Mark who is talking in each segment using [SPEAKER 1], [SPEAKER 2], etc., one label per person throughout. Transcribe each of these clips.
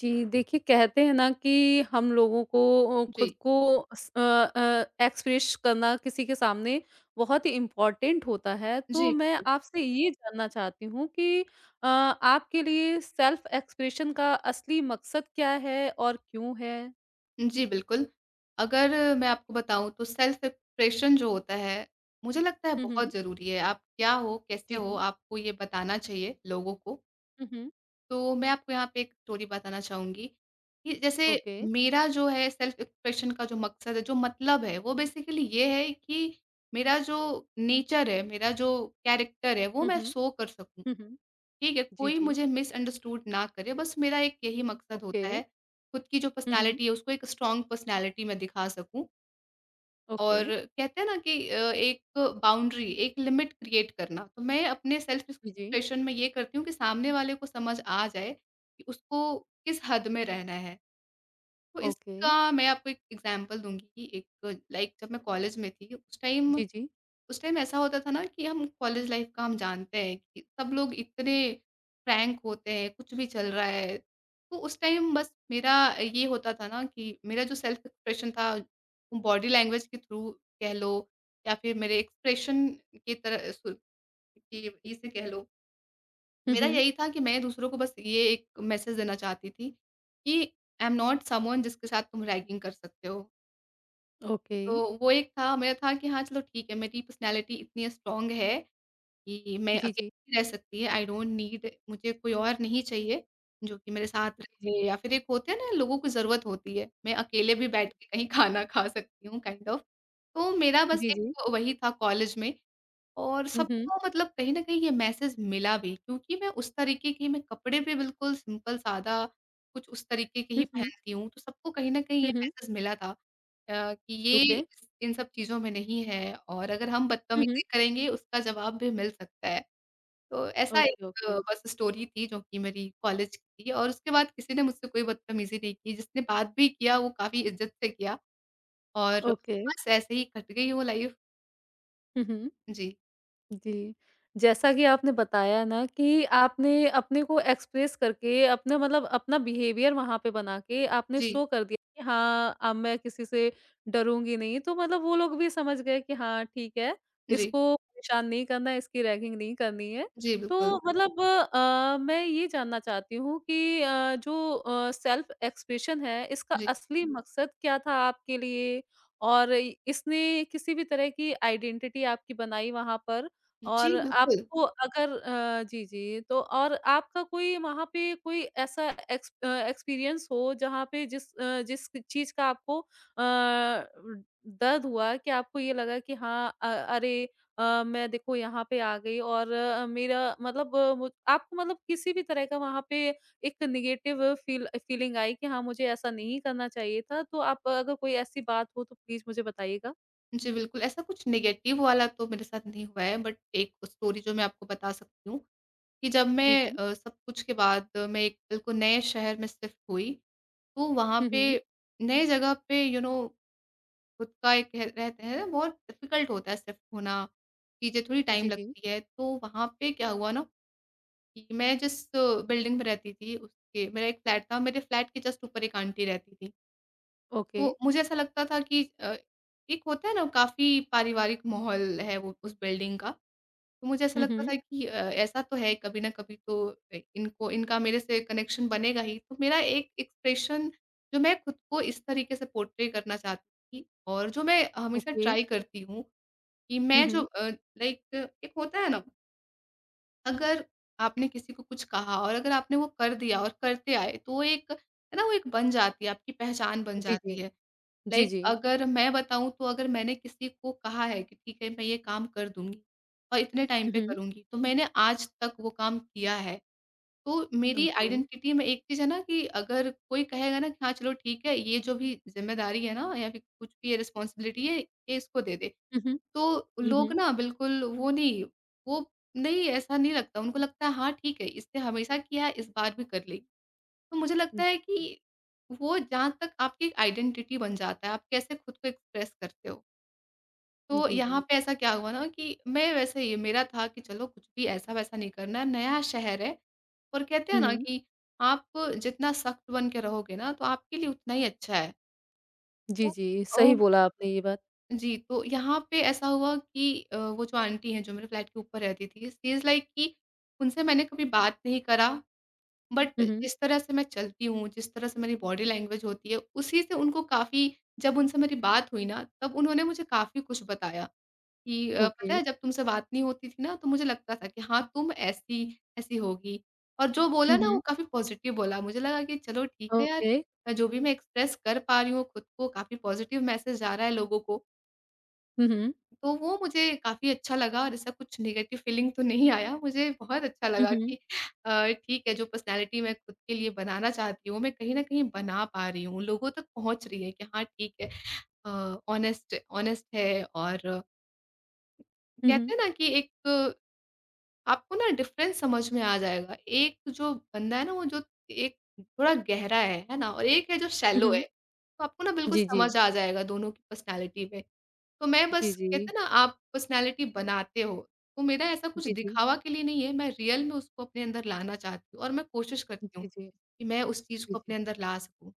[SPEAKER 1] जी, देखिए कहते हैं ना कि हम लोगों को खुद
[SPEAKER 2] जी,
[SPEAKER 1] को एक्सप्रेस करना किसी के सामने बहुत ही इम्पोर्टेंट होता है। तो
[SPEAKER 2] जी,
[SPEAKER 1] मैं
[SPEAKER 2] बिल्कुल।
[SPEAKER 1] आपसे ये जानना चाहती हूँ कि आपके लिए सेल्फ एक्सप्रेशन का असली मकसद क्या है और क्यों है?
[SPEAKER 2] जी, बिल्कुल। अगर मैं आपको बताऊँ तो सेल्फ एक्सप्रेशन जो होता है, मुझे लगता है
[SPEAKER 1] हुँ,
[SPEAKER 2] बहुत
[SPEAKER 1] हुँ।
[SPEAKER 2] ज़रूरी है। आप क्या हो,
[SPEAKER 1] जी,
[SPEAKER 2] कैसे हो,
[SPEAKER 1] जी।
[SPEAKER 2] आपको ये बताना चाहिए लोगों को।
[SPEAKER 1] हुँ, हुँ।
[SPEAKER 2] तो मैं आपको यहाँ पे एक स्टोरी बताना चाहूँगी कि जैसे
[SPEAKER 1] ओके।
[SPEAKER 2] मेरा जो है सेल्फ एक्सप्रेशन का जो मकसद है, जो मतलब है, वो बेसिकली ये है कि मेरा जो नेचर है, मेरा जो कैरेक्टर है, वो
[SPEAKER 1] हुँ,
[SPEAKER 2] मैं
[SPEAKER 1] हुँ।
[SPEAKER 2] शो कर सकूँ।
[SPEAKER 1] हुँ, हुँ।
[SPEAKER 2] ठीक है,
[SPEAKER 1] जी,
[SPEAKER 2] कोई
[SPEAKER 1] जी।
[SPEAKER 2] मुझे मिसअंडरस्टूड ना करे, बस मेरा एक यही मकसद
[SPEAKER 1] ओके।
[SPEAKER 2] होता है, खुद की जो
[SPEAKER 1] हुँ, हुँ।
[SPEAKER 2] पर्सनैलिटी है उसको एक स्ट्रॉन्ग पर्सनैलिटी मैं दिखा सकूँ।
[SPEAKER 1] ओके।
[SPEAKER 2] और कहते हैं ना कि एक बाउंड्री, एक लिमिट क्रिएट करना, तो मैं अपने सेल्फ
[SPEAKER 1] जी, जी।
[SPEAKER 2] एक्सप्रेशन में ये करती हूँ कि सामने वाले को समझ आ जाए कि उसको किस हद में रहना है। तो
[SPEAKER 1] ओके।
[SPEAKER 2] इसका मैं आपको एक एग्ज़ाम्पल दूँगी कि एक लाइक जब मैं कॉलेज में थी, उस टाइम
[SPEAKER 1] जी, जी।
[SPEAKER 2] उस टाइम ऐसा होता था ना कि हम कॉलेज लाइफ का हम जानते हैं कि सब लोग इतने फ्रैंक होते हैं, कुछ भी चल रहा है। तो उस टाइम बस मेरा ये होता था ना कि मेरा जो सेल्फ एक्सप्रेशन था, बॉडी लैंग्वेज के थ्रू कह लो या फिर मेरे एक्सप्रेशन की तरह सु कि इसे कह लो।
[SPEAKER 1] हुँ,
[SPEAKER 2] मेरा
[SPEAKER 1] हुँ।
[SPEAKER 2] यही था कि मैं दूसरों को बस ये एक मैसेज देना चाहती थी कि आई एम नॉट समवन जिसके साथ तुम रैगिंग कर सकते हो।
[SPEAKER 1] ओके।
[SPEAKER 2] तो वो एक था मेरा था कि हाँ, चलो ठीक है, मेरी पर्सनैलिटी इतनी स्ट्रॉन्ग है कि मैं
[SPEAKER 1] जी, जी।
[SPEAKER 2] अकेली रह सकती है, आई डोंट नीड, मुझे कोई और नहीं चाहिए, जो कि मेरे साथ
[SPEAKER 1] जी, जी।
[SPEAKER 2] रहे, या फिर एक होते हैं ना लोगों को ज़रूरत होती है, मैं अकेले भी बैठ के कहीं खाना खा सकती हूँ काइंड ऑफ। तो मेरा बस
[SPEAKER 1] जी, जी।
[SPEAKER 2] एक वही था कॉलेज में, और
[SPEAKER 1] हुँ, हुँ।
[SPEAKER 2] सबको मतलब कहीं न कहीं ये मैसेज मिला भी क्योंकि मैं उस तरीके की, मैं कपड़े भी बिल्कुल सिंपल सादा कुछ उस तरीके के
[SPEAKER 1] हुँ,
[SPEAKER 2] ही
[SPEAKER 1] हुँ।
[SPEAKER 2] पहनती हूँ, तो सबको कहीं न कहीं ये
[SPEAKER 1] हुँ, हुँ।
[SPEAKER 2] मैसेज मिला था कि ये
[SPEAKER 1] ओके।
[SPEAKER 2] इन सब चीज़ों में नहीं है, और अगर हम
[SPEAKER 1] हुँ, हुँ।
[SPEAKER 2] बदतमीज़ी करेंगे उसका जवाब भी मिल सकता है। तो ऐसा
[SPEAKER 1] ओके,
[SPEAKER 2] एक
[SPEAKER 1] ओके।
[SPEAKER 2] बस स्टोरी थी जो कि मेरी कॉलेज की थी, और उसके बाद किसी ने मुझसे कोई बदतमीज़ी नहीं की, जिसने बात भी किया वो काफ़ी इज़्ज़त से किया, और
[SPEAKER 1] ओके।
[SPEAKER 2] बस ऐसे ही कट गई वो लाइफ़।
[SPEAKER 1] हुँ, हुँ।
[SPEAKER 2] जी,
[SPEAKER 1] जी। जैसा कि आपने बताया ना कि आपने अपने को एक्सप्रेस करके अपना मतलब अपना बिहेवियर वहाँ पे बना के आपने
[SPEAKER 2] जी,
[SPEAKER 1] शो कर दिया कि हाँ, अब मैं किसी से डरूँगी नहीं। तो मतलब वो लोग भी समझ गए कि हाँ, ठीक है,
[SPEAKER 2] जी,
[SPEAKER 1] इसको परेशान नहीं करना है, इसकी रैगिंग नहीं करनी है।
[SPEAKER 2] जी, बिल्कुल।
[SPEAKER 1] तो मतलब मैं ये जानना चाहती हूँ कि सेल्फ एक्सप्रेशन है, इसका
[SPEAKER 2] जी,
[SPEAKER 1] असली मकसद क्या था आपके लिए? और इसने किसी भी तरह की आइडेंटिटी आपकी बनाई वहाँ पर? और
[SPEAKER 2] जी, बिल्कुल।
[SPEAKER 1] आपको अगर जी, जी, तो और आपका कोई वहाँ पे कोई ऐसा एक्सपीरियंस हो जहाँ पे जिस चीज़ का आपको दर्द हुआ कि आपको ये लगा कि हाँ अरे मैं देखो यहाँ पे आ गई और मेरा मतलब मु आपको मतलब किसी भी तरह का वहाँ पे एक नेगेटिव फ़ीलिंग आई कि हाँ, मुझे ऐसा नहीं करना चाहिए था। तो आप अगर कोई ऐसी बात हो तो प्लीज़ मुझे बताइएगा?
[SPEAKER 2] जी, बिल्कुल, ऐसा कुछ नेगेटिव वाला तो मेरे साथ नहीं हुआ है, बट एक स्टोरी जो मैं आपको बता सकती हूँ कि जब
[SPEAKER 1] जी,
[SPEAKER 2] मैं
[SPEAKER 1] जी।
[SPEAKER 2] सब कुछ के बाद मैं एक बिल्कुल नए शहर में शिफ्ट हुई, तो वहाँ
[SPEAKER 1] हुँ,
[SPEAKER 2] पे
[SPEAKER 1] हुँ।
[SPEAKER 2] नए जगह पे खुद का एक रह रहता है ना, बहुत डिफ़िकल्ट होता है शिफ्ट होना, चीज़ें थोड़ी टाइम
[SPEAKER 1] जी, जी।
[SPEAKER 2] लगती है। तो वहाँ पे क्या हुआ ना कि मैं जिस बिल्डिंग में रहती थी उसके, मेरा एक फ्लैट था, मेरे फ्लैट के जस्ट ऊपर एक आंटी रहती थी।
[SPEAKER 1] ओके।
[SPEAKER 2] तो मुझे ऐसा लगता था कि एक होता है ना, काफ़ी पारिवारिक माहौल है वो उस बिल्डिंग का। तो मुझे ऐसा
[SPEAKER 1] हुँ,
[SPEAKER 2] लगता
[SPEAKER 1] हुँ।
[SPEAKER 2] था कि ऐसा तो है, कभी ना कभी तो इनको इनका मेरे से कनेक्शन बनेगा ही। तो मेरा एक एक्सप्रेशन जो मैं खुद को इस तरीके से पोर्ट्रे करना चाहती थी, और जो मैं हमेशा
[SPEAKER 1] ओके।
[SPEAKER 2] ट्राई करती हूँ कि
[SPEAKER 1] हुँ,
[SPEAKER 2] मैं जो
[SPEAKER 1] हुँ।
[SPEAKER 2] लाइक एक होता है ना, अगर आपने किसी को कुछ कहा और अगर आपने वो कर दिया और करते आए, तो वो एक है ना, वो एक बन जाती है, आपकी पहचान बन
[SPEAKER 1] जी,
[SPEAKER 2] जाती
[SPEAKER 1] जी।
[SPEAKER 2] है।
[SPEAKER 1] जी,
[SPEAKER 2] लाइक
[SPEAKER 1] जी।
[SPEAKER 2] अगर मैं बताऊँ तो अगर मैंने किसी को कहा है कि ठीक है मैं ये काम कर दूँगी और इतने टाइम
[SPEAKER 1] हुँ,
[SPEAKER 2] पे
[SPEAKER 1] हुँ।
[SPEAKER 2] करूँगी, तो मैंने आज तक वो काम किया है। तो मेरी
[SPEAKER 1] ओके।
[SPEAKER 2] आइडेंटिटी में एक चीज़ है ना कि अगर कोई कहेगा ना कि हाँ, चलो ठीक है, ये जो भी ज़िम्मेदारी है ना या फिर कुछ भी ये रिस्पॉन्सिबिलिटी है, ये इसको दे दे।
[SPEAKER 1] हुँ, हुँ।
[SPEAKER 2] तो
[SPEAKER 1] हुँ,
[SPEAKER 2] लोग
[SPEAKER 1] हुँ।
[SPEAKER 2] ना बिल्कुल वो नहीं ऐसा नहीं लगता, उनको लगता है हाँ, ठीक है, इसने हमेशा किया है इस बार भी कर ले। तो मुझे
[SPEAKER 1] जी,
[SPEAKER 2] लगता है
[SPEAKER 1] जी।
[SPEAKER 2] कि वो जहाँ तक आपकी एक आइडेंटिटी बन जाता है, आप कैसे खुद को एक्सप्रेस करते हो। तो
[SPEAKER 1] जी,
[SPEAKER 2] यहाँ
[SPEAKER 1] जी।
[SPEAKER 2] पे ऐसा क्या हुआ ना कि मैं वैसे ही मेरा था कि चलो कुछ भी ऐसा-वैसा नहीं करना है, नया शहर है, और कहते
[SPEAKER 1] हुँ,
[SPEAKER 2] हैं ना
[SPEAKER 1] हुँ।
[SPEAKER 2] कि आप जितना सख्त बन के रहोगे ना तो आपके लिए उतना ही अच्छा है।
[SPEAKER 1] जी,
[SPEAKER 2] तो
[SPEAKER 1] जी,
[SPEAKER 2] ओ
[SPEAKER 1] सही बोला आपने ये बात।
[SPEAKER 2] जी, तो यहाँ पे ऐसा हुआ कि वो जो आंटी हैं जो मेरे फ्लैट के ऊपर रहती थी, शी इज़ लाइक कि उनसे मैंने कभी बात नहीं करा। बट
[SPEAKER 1] हुँ, हुँ।
[SPEAKER 2] जिस तरह से मैं चलती हूँ, जिस तरह से मेरी बॉडी लैंग्वेज होती है, उसी से उनको काफ़ी, जब उनसे मेरी बात हुई ना, तब उन्होंने मुझे काफ़ी कुछ बताया कि "पता
[SPEAKER 1] ओके।
[SPEAKER 2] है, जब तुमसे बात नहीं होती थी ना, तो मुझे लगता था कि हाँ, तुम ऐसी, ऐसी होगी।" और जो
[SPEAKER 1] हुँ,
[SPEAKER 2] बोला ना, वो
[SPEAKER 1] हुँ।
[SPEAKER 2] काफ़ी पॉज़िटिव बोला। मुझे लगा कि चलो ठीक है यार,
[SPEAKER 1] ओके।
[SPEAKER 2] जो भी मैं एक्सप्रेस कर पा रही हूँ खुद को, काफ़ी पॉज़िटिव मैसेज जा रहा है लोगों को।
[SPEAKER 1] हुँ, हुँ।
[SPEAKER 2] तो वो मुझे काफ़ी अच्छा लगा, और ऐसा कुछ नेगेटिव फ़ीलिंग तो नहीं आया। मुझे बहुत अच्छा
[SPEAKER 1] हुँ,
[SPEAKER 2] लगा
[SPEAKER 1] हुँ।
[SPEAKER 2] कि ठीक है, जो पर्सनैलिटी मैं खुद के लिए बनाना चाहती हूँ, मैं कहीं न कहीं बना पा रही हूँ, लोगों तक पहुँच रही है कि हाँ, ठीक है, ऑनेस्ट ऑनेस्ट है। और
[SPEAKER 1] हुँ, हुँ।
[SPEAKER 2] कहते हैं ना कि एक आपको ना डिफ़रेंस समझ में आ जाएगा। एक जो बंदा है ना, वो जो एक थोड़ा गहरा है ना? और एक है जो
[SPEAKER 1] हुँ,
[SPEAKER 2] शैलो
[SPEAKER 1] हुँ।
[SPEAKER 2] है। तो आपको ना बिल्कुल
[SPEAKER 1] जी, जी।
[SPEAKER 2] समझ आ जाएगा दोनों की पर्सनैलिटी में। तो मैं
[SPEAKER 1] जी,
[SPEAKER 2] बस,
[SPEAKER 1] जी।
[SPEAKER 2] कहते हैं ना आप पर्सनैलिटी बनाते हो, तो मेरा ऐसा कुछ
[SPEAKER 1] जी, जी।
[SPEAKER 2] दिखावा के लिए नहीं है, मैं रियल में उसको अपने अंदर लाना चाहती हूँ और मैं कोशिश करती हूँ
[SPEAKER 1] जी, जी।
[SPEAKER 2] कि मैं उस चीज़
[SPEAKER 1] जी,
[SPEAKER 2] को
[SPEAKER 1] जी।
[SPEAKER 2] अपने अंदर ला सकूँ।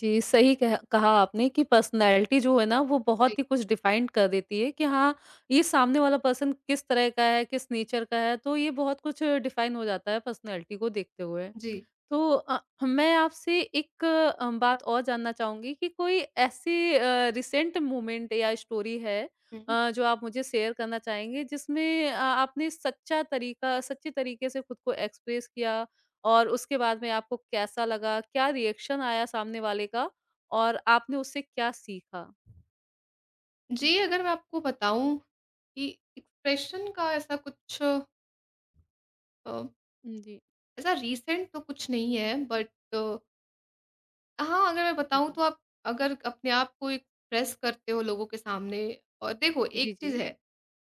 [SPEAKER 1] जी, सही कह कहा आपने कि पर्सनैलिटी जो है ना वो
[SPEAKER 2] जी,
[SPEAKER 1] बहुत ही कुछ डिफाइन कर देती है कि हाँ, ये सामने वाला पर्सन किस तरह का है, किस नेचर का है, तो ये बहुत कुछ डिफाइन हो जाता है पर्सनैलिटी को देखते हुए।
[SPEAKER 2] जी।
[SPEAKER 1] तो मैं आपसे एक बात और जानना चाहूँगी कि कोई ऐसी रिसेंट मोमेंट या स्टोरी है
[SPEAKER 2] हुँ।
[SPEAKER 1] जो आप मुझे शेयर करना चाहेंगे जिसमें आपने सच्चा तरीका सच्चे तरीके से खुद को एक्सप्रेस किया और उसके बाद में आपको कैसा लगा? क्या रिएक्शन आया सामने वाले का? और आपने उससे क्या सीखा?
[SPEAKER 2] जी, अगर मैं आपको बताऊँ कि एक्सप्रेशन का ऐसा कुछ, अ,
[SPEAKER 1] जी,
[SPEAKER 2] ऐसा रीसेंट तो कुछ नहीं है, बट हाँ, अगर मैं
[SPEAKER 1] जी,
[SPEAKER 2] बताऊँ
[SPEAKER 1] जी।
[SPEAKER 2] तो आप अगर अपने आप को एक्सप्रेस करते हो लोगों के सामने, और देखो
[SPEAKER 1] जी,
[SPEAKER 2] एक चीज़
[SPEAKER 1] जी,
[SPEAKER 2] है,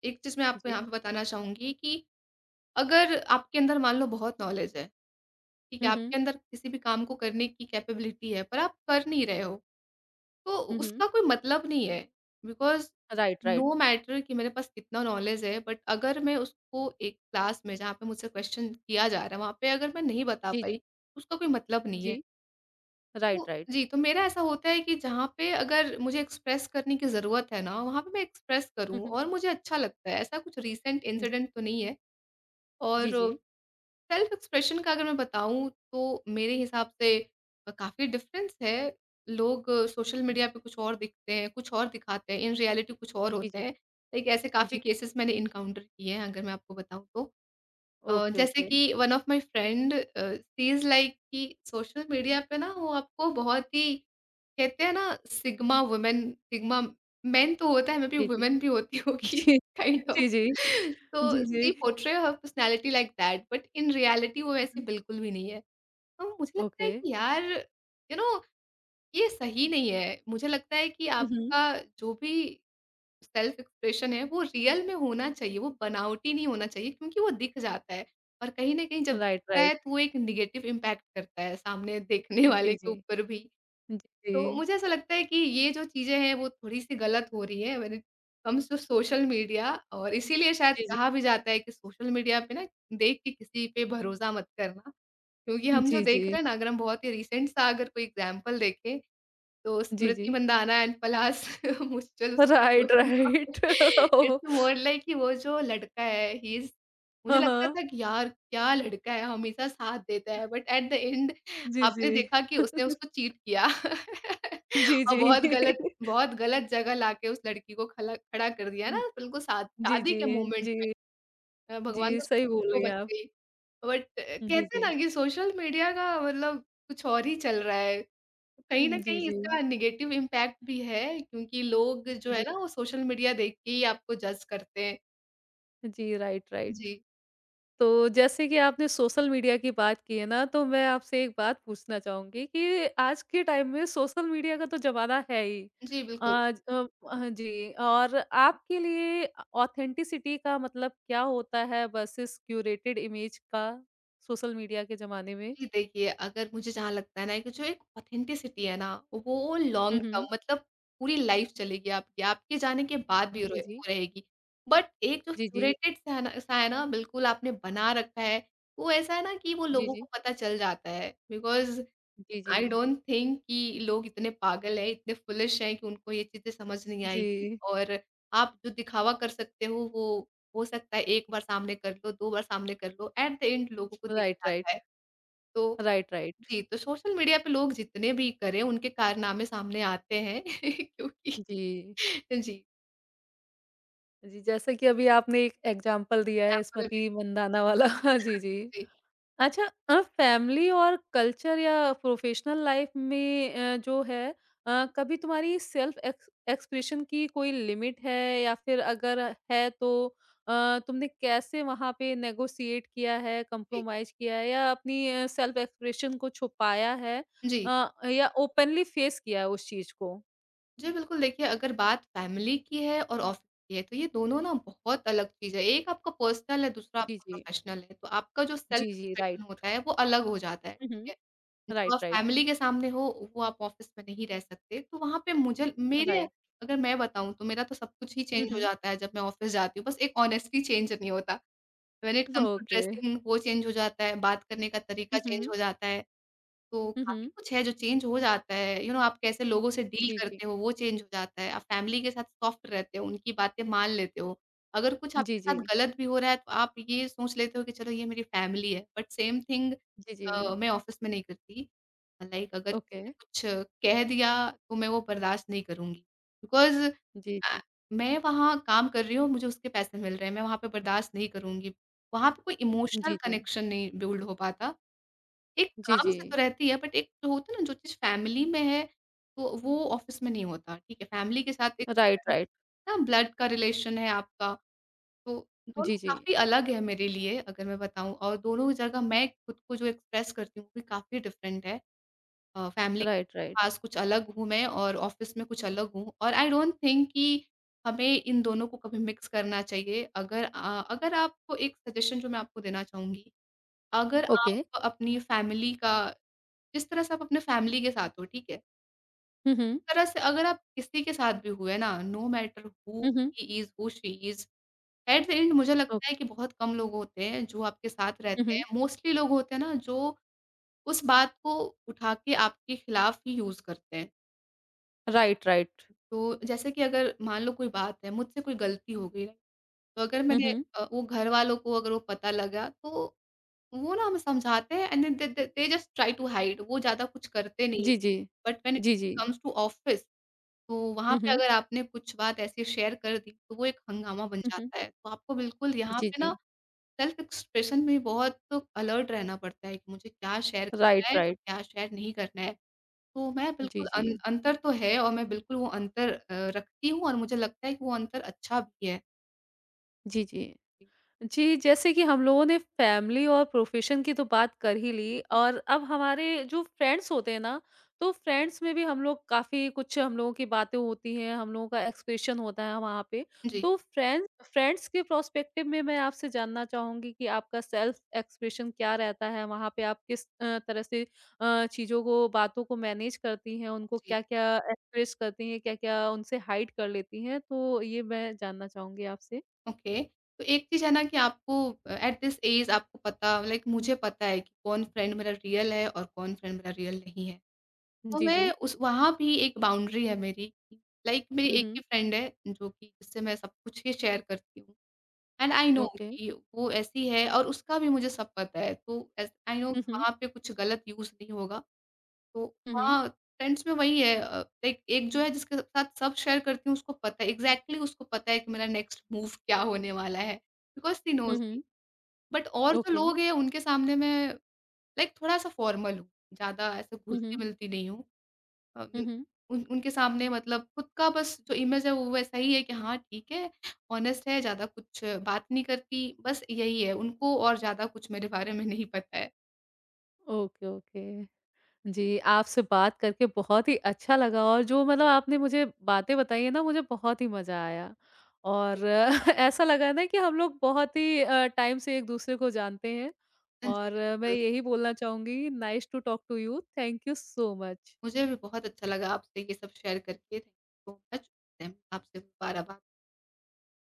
[SPEAKER 2] एक चीज़ मैं आपको
[SPEAKER 1] जी।
[SPEAKER 2] यहाँ पे बताना चाहूँगी कि अगर आपके अंदर मान लो बहुत नॉलेज है, ठीक
[SPEAKER 1] हुँ,
[SPEAKER 2] है,
[SPEAKER 1] हुँ।
[SPEAKER 2] आपके अंदर किसी भी काम को करने की कैपेबिलिटी है, पर आप कर नहीं रहे हो, तो
[SPEAKER 1] हुँ, हुँ।
[SPEAKER 2] उसका कोई मतलब नहीं है। Because
[SPEAKER 1] right, right.
[SPEAKER 2] No matter कि मेरे पास कितना नॉलेज है, बट अगर मैं उसको एक क्लास में जहाँ पे मुझसे क्वेश्चन किया जा रहा है, वहाँ पे अगर मैं नहीं बता
[SPEAKER 1] जी, जी,
[SPEAKER 2] पाई, उसका कोई मतलब नहीं है।
[SPEAKER 1] जी।
[SPEAKER 2] तो
[SPEAKER 1] राइट, राइट।
[SPEAKER 2] जी, तो मेरा ऐसा होता है कि जहाँ पे अगर मुझे एक्सप्रेस करने की ज़रूरत है ना, वहाँ पे मैं एक्सप्रेस
[SPEAKER 1] हुँ,
[SPEAKER 2] करूँ
[SPEAKER 1] हुँ।
[SPEAKER 2] और मुझे अच्छा लगता है। ऐसा कुछ रीसेंट इंसिडेंट तो नहीं है। और
[SPEAKER 1] जी, जी।
[SPEAKER 2] सेल्फ एक्सप्रेशन का अगर मैं बताऊँ तो मेरे हिसाब से काफ़ी डिफ़रेंस है। लोग सोशल मीडिया पे कुछ और दिखते हैं, कुछ और दिखाते हैं, इन रियलिटी कुछ और
[SPEAKER 1] जी,
[SPEAKER 2] होते
[SPEAKER 1] जी।
[SPEAKER 2] हैं। लाइक ऐसे काफ़ी
[SPEAKER 1] जी।
[SPEAKER 2] केसेस मैंने एनकाउंटर किए हैं अगर मैं आपको बताऊँ तो।
[SPEAKER 1] ओके,
[SPEAKER 2] जैसे
[SPEAKER 1] ओके।
[SPEAKER 2] कि one of my friend, she is like कि सोशल मीडिया पे ना वो आपको बहुत ही, कहते हैं ना सिग्मा वुमेन, सिग्मा मेन तो होता है, may be
[SPEAKER 1] ji, ji.
[SPEAKER 2] Women भी होती होगी
[SPEAKER 1] जी।
[SPEAKER 2] काइंड
[SPEAKER 1] जी,
[SPEAKER 2] ऑफ
[SPEAKER 1] जी।
[SPEAKER 2] तो
[SPEAKER 1] जी, जी।
[SPEAKER 2] She portray her personality like that, but in reality वो
[SPEAKER 1] हुँ,
[SPEAKER 2] वैसे
[SPEAKER 1] हुँ।
[SPEAKER 2] बिल्कुल भी नहीं है। तो मुझे लगता
[SPEAKER 1] ओके।
[SPEAKER 2] है कि यार यू you नो know, ये सही नहीं है, मुझे लगता है कि
[SPEAKER 1] हुँ, हुँ।
[SPEAKER 2] आपका जो भी सेल्फ एक्सप्रेशन है वो रियल में होना चाहिए, वो बनावटी नहीं होना चाहिए क्योंकि वो दिख जाता है। और कहीं न कहीं जब
[SPEAKER 1] राइट,
[SPEAKER 2] दिखता है
[SPEAKER 1] राइट।
[SPEAKER 2] तो वो एक नेगेटिव इम्पैक्ट करता है सामने देखने
[SPEAKER 1] जी,
[SPEAKER 2] वाले के
[SPEAKER 1] जी।
[SPEAKER 2] ऊपर भी।
[SPEAKER 1] जी, जी।
[SPEAKER 2] तो मुझे ऐसा लगता है कि ये जो चीज़ें हैं वो थोड़ी-सी गलत हो रही है when it comes to social media, और इसीलिए शायद
[SPEAKER 1] जी, जी।
[SPEAKER 2] कहा भी जाता है कि सोशल मीडिया पे ना देख के किसी पे भरोसा मत करना। क्योंकि हम जो
[SPEAKER 1] जी,
[SPEAKER 2] देख रहे
[SPEAKER 1] जी।
[SPEAKER 2] हैं ना, अगर हम बहुत ही रिसेंट सा अगर कोई एग्ज़ाम्पल देखें तो
[SPEAKER 1] जी,
[SPEAKER 2] स्मृति
[SPEAKER 1] जी।
[SPEAKER 2] मंदाना एंड पलाश मुझसे उससे
[SPEAKER 1] राइट,
[SPEAKER 2] कोई ना है।
[SPEAKER 1] Right. Oh!
[SPEAKER 2] It's more like कि वो जो लड़का है, ही इज़, मुझे
[SPEAKER 1] हाँ,
[SPEAKER 2] लगता
[SPEAKER 1] हाँ।
[SPEAKER 2] था कि यार क्या लड़का है, हमेशा साथ देता है, बट एट द एंड
[SPEAKER 1] जी, जी।
[SPEAKER 2] आपने देखा कि उसने उसको चीट किया
[SPEAKER 1] जी,
[SPEAKER 2] और बहुत
[SPEAKER 1] जी।
[SPEAKER 2] गलत, बहुत गलत जगह लाके उस लड़की को खला खड़ा कर दिया ना,
[SPEAKER 1] हुँ,
[SPEAKER 2] बिल्कुल
[SPEAKER 1] जी,
[SPEAKER 2] शादी
[SPEAKER 1] जी।
[SPEAKER 2] के मोमेंट में।
[SPEAKER 1] जी,
[SPEAKER 2] भगवान
[SPEAKER 1] जी,
[SPEAKER 2] का
[SPEAKER 1] सही
[SPEAKER 2] शुक्र है कि
[SPEAKER 1] बोल
[SPEAKER 2] वो
[SPEAKER 1] रही हैं
[SPEAKER 2] बच
[SPEAKER 1] आप।
[SPEAKER 2] गई। बट
[SPEAKER 1] जी,
[SPEAKER 2] कहते हैं ना
[SPEAKER 1] जी।
[SPEAKER 2] कि सोशल मीडिया का मतलब कुछ और ही चल रहा है। कहीं
[SPEAKER 1] हुँ,
[SPEAKER 2] न
[SPEAKER 1] जी,
[SPEAKER 2] कहीं
[SPEAKER 1] जी।
[SPEAKER 2] इसका नेगेटिव इम्पैक्ट भी है क्योंकि लोग जो
[SPEAKER 1] जी,
[SPEAKER 2] है ना वो सोशल मीडिया देख के ही आपको जज करते हैं।
[SPEAKER 1] जी, राइट, राइट।
[SPEAKER 2] जी,
[SPEAKER 1] तो जैसे कि आपने सोशल मीडिया की बात की है ना, तो मैं आपसे एक बात पूछना चाहूँगी कि आज के टाइम में सोशल मीडिया का तो ज़माना है ही।
[SPEAKER 2] जी बिल्कुल।
[SPEAKER 1] आज हाँ जी, और आपके लिए ऑथेंटिसिटी का मतलब क्या होता है वर्सेस क्यूरेटेड इमेज का सोशल मीडिया के ज़माने में?
[SPEAKER 2] जी देखिए, अगर मुझे जहाँ लगता है ना कि जो एक ऑथेंटिसिटी है ना, वो
[SPEAKER 1] हुँ,
[SPEAKER 2] लॉन्ग टर्म
[SPEAKER 1] हुँ।
[SPEAKER 2] मतलब पूरी लाइफ चलेगी आपकी, आपके जाने के बाद भी
[SPEAKER 1] जी,
[SPEAKER 2] रहे
[SPEAKER 1] जी।
[SPEAKER 2] वो रहेगी। बट एक जो
[SPEAKER 1] जी, जी।
[SPEAKER 2] क्यूरेटेड सा है ना बिल्कुल आपने बना रखा है, वो ऐसा है ना कि वो
[SPEAKER 1] जी,
[SPEAKER 2] लोगों
[SPEAKER 1] जी।
[SPEAKER 2] को पता चल जाता है बिकॉज़
[SPEAKER 1] जी, जी।
[SPEAKER 2] आई डोंट थिंक कि लोग इतने पागल हैं, इतने फूलिश हैं कि उनको ये चीज़ें समझ नहीं आएगी।
[SPEAKER 1] जी।
[SPEAKER 2] और आप जो दिखावा कर सकते हो, वो हो सकता है 1 बार सामने कर लो, 2 बार सामने कर लो, एट द एंड लोगों को दिख
[SPEAKER 1] राइट,
[SPEAKER 2] जाता है।
[SPEAKER 1] राइट।
[SPEAKER 2] तो
[SPEAKER 1] राइट, राइट।
[SPEAKER 2] जी, तो सोशल मीडिया पे लोग जितने भी करें, उनके कारनामे सामने आते हैं क्योंकि
[SPEAKER 1] जी।
[SPEAKER 2] जी,
[SPEAKER 1] जी, जैसे कि अभी आपने एक एग्ज़ाम्पल दिया है
[SPEAKER 2] एग्ज़ाम्पल भी
[SPEAKER 1] स्मृति मंदाना वाला। जी, जी।
[SPEAKER 2] जी,
[SPEAKER 1] अच्छा फैमिली और कल्चर या प्रोफेशनल लाइफ में जो है कभी तुम्हारी सेल्फ एक्सप्रेशन की कोई लिमिट है या फिर अगर है तो तुमने कैसे वहां पे नेगोशिएट किया है
[SPEAKER 2] जी,
[SPEAKER 1] कंप्रोमाइज किया है या अपनी सेल्फ एक्सप्रेशन को छुपाया है
[SPEAKER 2] जी।
[SPEAKER 1] या ओपनली फेस किया है उस चीज को।
[SPEAKER 2] जी, बिल्कुल देखिए अगर बात फ़ैमिली की है और ऑफ़िस की है तो ये दोनों ना बहुत अलग चीज़ है। एक आपका पर्सनल है, दूसरा
[SPEAKER 1] जी,
[SPEAKER 2] आपका
[SPEAKER 1] जी।
[SPEAKER 2] प्रोफ़ेशनल है। तो आपका जो सेल्फ़
[SPEAKER 1] जी, जी।
[SPEAKER 2] Expression
[SPEAKER 1] right.
[SPEAKER 2] होता है वो अलग हो जाता है, ठीक
[SPEAKER 1] हम्म।
[SPEAKER 2] है। जो आप
[SPEAKER 1] राइट, राइट।
[SPEAKER 2] फ़ैमिली के सामने हो वो आप ऑफ़िस में नहीं रह सकते। तो वहाँ पे मुझे मेरे
[SPEAKER 1] राइट।
[SPEAKER 2] अगर मैं बताऊँ तो मेरा तो सब कुछ ही चेंज हो
[SPEAKER 1] हम्म।
[SPEAKER 2] जाता है जब मैं ऑफ़िस जाती हूँ। बस एक ऑनेस्टी चेंज नहीं होता। When it comes to
[SPEAKER 1] okay.
[SPEAKER 2] Dressing वो चेंज हो जाता है, बात करने का तरीका चेंज
[SPEAKER 1] हम्म।
[SPEAKER 2] हो जाता है। तो काफ़ी
[SPEAKER 1] हम्म।
[SPEAKER 2] कुछ है जो चेंज हो जाता है, यू you नो know, आप कैसे लोगों से डील
[SPEAKER 1] जी, जी।
[SPEAKER 2] करते हो वो चेंज हो जाता है, आप फैमिली के साथ सॉफ्ट रहते हो, उनकी बातें मान लेते हो। अगर कुछ
[SPEAKER 1] जी,
[SPEAKER 2] आपके
[SPEAKER 1] जी।
[SPEAKER 2] साथ गलत भी हो रहा है तो आप ये सोच लेते हो कि चलो ये मेरी फैमिली है, बट सेम थिंग
[SPEAKER 1] जी, जी।
[SPEAKER 2] मैं ऑफ़िस में नहीं करती। लाइक अगर
[SPEAKER 1] ओके,
[SPEAKER 2] किसी ने कुछ कह दिया तो मैं वो बर्दाश्त नहीं करूँगी, बिकॉज़
[SPEAKER 1] जी, जी।
[SPEAKER 2] मैं वहाँ काम कर रही हूँ, मुझे उसके पैसे मिल रहे हैं, मैं वहाँ पे बर्दाश्त नहीं करूँगी। वहाँ पे कोई
[SPEAKER 1] जी,
[SPEAKER 2] इमोशनल
[SPEAKER 1] जी।
[SPEAKER 2] कनेक्शन नहीं बिल्ड हो पाता। एक
[SPEAKER 1] जी,
[SPEAKER 2] काम
[SPEAKER 1] जी।
[SPEAKER 2] से तो रहती है बट एक जो होता है ना जो चीज़ फैमिली में है, तो वो ऑफ़िस में नहीं होता, ठीक है? फैमिली के साथ एक
[SPEAKER 1] राइट,
[SPEAKER 2] अलग ही
[SPEAKER 1] राइट।
[SPEAKER 2] ना ब्लड का रिलेशन है आपका, तो
[SPEAKER 1] जी,
[SPEAKER 2] दोनों
[SPEAKER 1] जी।
[SPEAKER 2] काफ़ी अलग है मेरे लिए अगर मैं बताऊँ और दोनों जगह मैं खुद को जो एक्सप्रेस करती हूँ वो भी काफ़ी डिफरेंट है। फैमिली
[SPEAKER 1] राइट,
[SPEAKER 2] के
[SPEAKER 1] राइट।
[SPEAKER 2] पास कुछ अलग हूँ मैं और ऑफ़िस में कुछ अलग हूँ और आई डोंट थिंक कि हमें इन दोनों को कभी मिक्स करना चाहिए। अगर अगर आपको एक सजेशन जो मैं आपको देना चाहूँगी, अगर
[SPEAKER 1] ओके।
[SPEAKER 2] आप अपनी फैमिली का जिस तरह से आप अपने फैमिली के साथ हो, ठीक है?
[SPEAKER 1] हुँ, हुँ।
[SPEAKER 2] उस तरह से अगर आप किसी के साथ भी हुए ना, no matter who
[SPEAKER 1] hmm, hmm.
[SPEAKER 2] He is, who she is, at the end मुझे
[SPEAKER 1] ओ
[SPEAKER 2] लगता है कि बहुत कम लोग होते हैं जो आपके साथ
[SPEAKER 1] हुँ,
[SPEAKER 2] रहते
[SPEAKER 1] हुँ।
[SPEAKER 2] हैं। मोस्टली लोग होते हैं ना जो उस बात को उठा के आपके खिलाफ ही यूज़ करते हैं।
[SPEAKER 1] Right, right.
[SPEAKER 2] तो जैसे कि अगर मान लो कोई बात है, मुझसे कोई गलती हो गई, तो अगर
[SPEAKER 1] हुँ,
[SPEAKER 2] मैंने
[SPEAKER 1] हुँ।
[SPEAKER 2] वो घर वालों को अगर वो पता लगा तो वो ना हमें समझाते हैं and they they they just try to hide वो ज़्यादा कुछ करते नहीं हैं।
[SPEAKER 1] जी, जी।
[SPEAKER 2] बट व्हेन इट
[SPEAKER 1] जी, जी।
[SPEAKER 2] कम्स टू ऑफिस तो वहाँ
[SPEAKER 1] हुँ,
[SPEAKER 2] पे
[SPEAKER 1] हुँ।
[SPEAKER 2] अगर आपने कुछ बात ऐसी शेयर कर दी, तो वो एक हंगामा बन
[SPEAKER 1] हुँ, हुँ।
[SPEAKER 2] जाता है। तो आपको बिल्कुल यहाँ
[SPEAKER 1] जी,
[SPEAKER 2] पे ना
[SPEAKER 1] जी।
[SPEAKER 2] सेल्फ एक्सप्रेशन में बहुत अलर्ट रहना पड़ता है कि मुझे क्या शेयर करना
[SPEAKER 1] राइट,
[SPEAKER 2] है और
[SPEAKER 1] राइट।
[SPEAKER 2] क्या शेयर नहीं करना है। तो मैं
[SPEAKER 1] जी,
[SPEAKER 2] बिल्कुल अन
[SPEAKER 1] जी।
[SPEAKER 2] अंतर तो है और मैं बिल्कुल वो अंतर रखती हूँ और मुझे लगता है कि वो अंतर अच्छा भी है।
[SPEAKER 1] जी, जी।
[SPEAKER 2] जी,
[SPEAKER 1] जी, जैसे कि हम लोगों ने फैमिली और प्रोफ़ेशन की तो बात कर ही ली और अब हमारे जो फ्रेंड्स होते हैं ना, तो फ्रेंड्स में भी हम लोग काफ़ी कुछ हम लोगों की बातें होती हैं, हम लोगों का एक्सप्रेशन होता है वहाँ पे।
[SPEAKER 2] जी,
[SPEAKER 1] तो फ्रेंड्स फ्रेंड्स के प्रोस्पेक्टिव में मैं आपसे जानना चाहूँगी कि आपका सेल्फ़ एक्सप्रेशन क्या रहता है? वहाँ पे आप किस तरह से चीज़ों को, बातों को मैनेज करती हैं, उनको
[SPEAKER 2] जी,
[SPEAKER 1] क्या-क्या एक्सप्रेस करती हैं, क्या-क्या उनसे हाइड कर लेती हैं? तो ये मैं जानना चाहूँगी आपसे।
[SPEAKER 2] ओके। तो एक चीज़ है ना कि आपको एट दिस एज आपको पता लाइक मुझे पता है कि कौन फ्रेंड मेरा रियल है और कौन फ्रेंड मेरा रियल नहीं है। तो
[SPEAKER 1] जी,
[SPEAKER 2] मैं
[SPEAKER 1] जी।
[SPEAKER 2] उस वहाँ भी एक बाउंड्री है मेरी, लाइक मेरी
[SPEAKER 1] हुँ,
[SPEAKER 2] एक
[SPEAKER 1] हुँ।
[SPEAKER 2] ही फ्रेंड है जो कि जिससे मैं सब कुछ ही शेयर करती हूँ एंड आई नो
[SPEAKER 1] ओके।
[SPEAKER 2] कि वो ऐसी है और उसका भी मुझे सब पता है, तो एस आई नो
[SPEAKER 1] हुँ,
[SPEAKER 2] कि
[SPEAKER 1] हुँ।
[SPEAKER 2] वहाँ पे कुछ गलत यूज़ नहीं होगा, तो
[SPEAKER 1] हुँ, हुँ।
[SPEAKER 2] वहाँ फ्रेंड्स में वही है लाइक एक जो है जिसके साथ सब शेयर करती हूँ उसको पता है एग्ज़ैक्टली उसको पता है कि मेरा नेक्स्ट मूव क्या होने वाला है, because she
[SPEAKER 1] hmm,
[SPEAKER 2] knows me
[SPEAKER 1] hmm.
[SPEAKER 2] But और जो
[SPEAKER 1] ओके।
[SPEAKER 2] लोग हैं उनके सामने मैं लाइक थोड़ा-सा फॉर्मल हूँ, ज़्यादा ऐसे
[SPEAKER 1] हुँ, हुँ।
[SPEAKER 2] घुलती-मिलती नहीं हूँ। अ,
[SPEAKER 1] हुँ, हुँ।
[SPEAKER 2] उन उनके सामने मतलब खुद का बस जो इमेज है वो वैसा ही है कि हाँ ठीक है, ऑनेस्ट है, ज़्यादा कुछ बात नहीं करती, बस यही है, उनको और ज़्यादा कुछ मेरे बारे में नहीं पता है।
[SPEAKER 1] Okay, okay. जी, आपसे बात करके बहुत ही अच्छा लगा और जो मतलब आपने मुझे बातें बताई हैं ना, मुझे बहुत ही मज़ा आया
[SPEAKER 2] जी।
[SPEAKER 1] और ऐसा लगा ना कि हम लोग बहुत ही टाइम से एक-दूसरे को जानते हैं
[SPEAKER 2] हाँ जी,
[SPEAKER 1] और मैं
[SPEAKER 2] बिल्कुल।
[SPEAKER 1] यही बोलना चाहूँगी nice to talk to you. Thank you so much.
[SPEAKER 2] मुझे भी बहुत अच्छा लगा आपसे ये सब शेयर करके, थैंक यू सो मच। आपसे दोबारा बात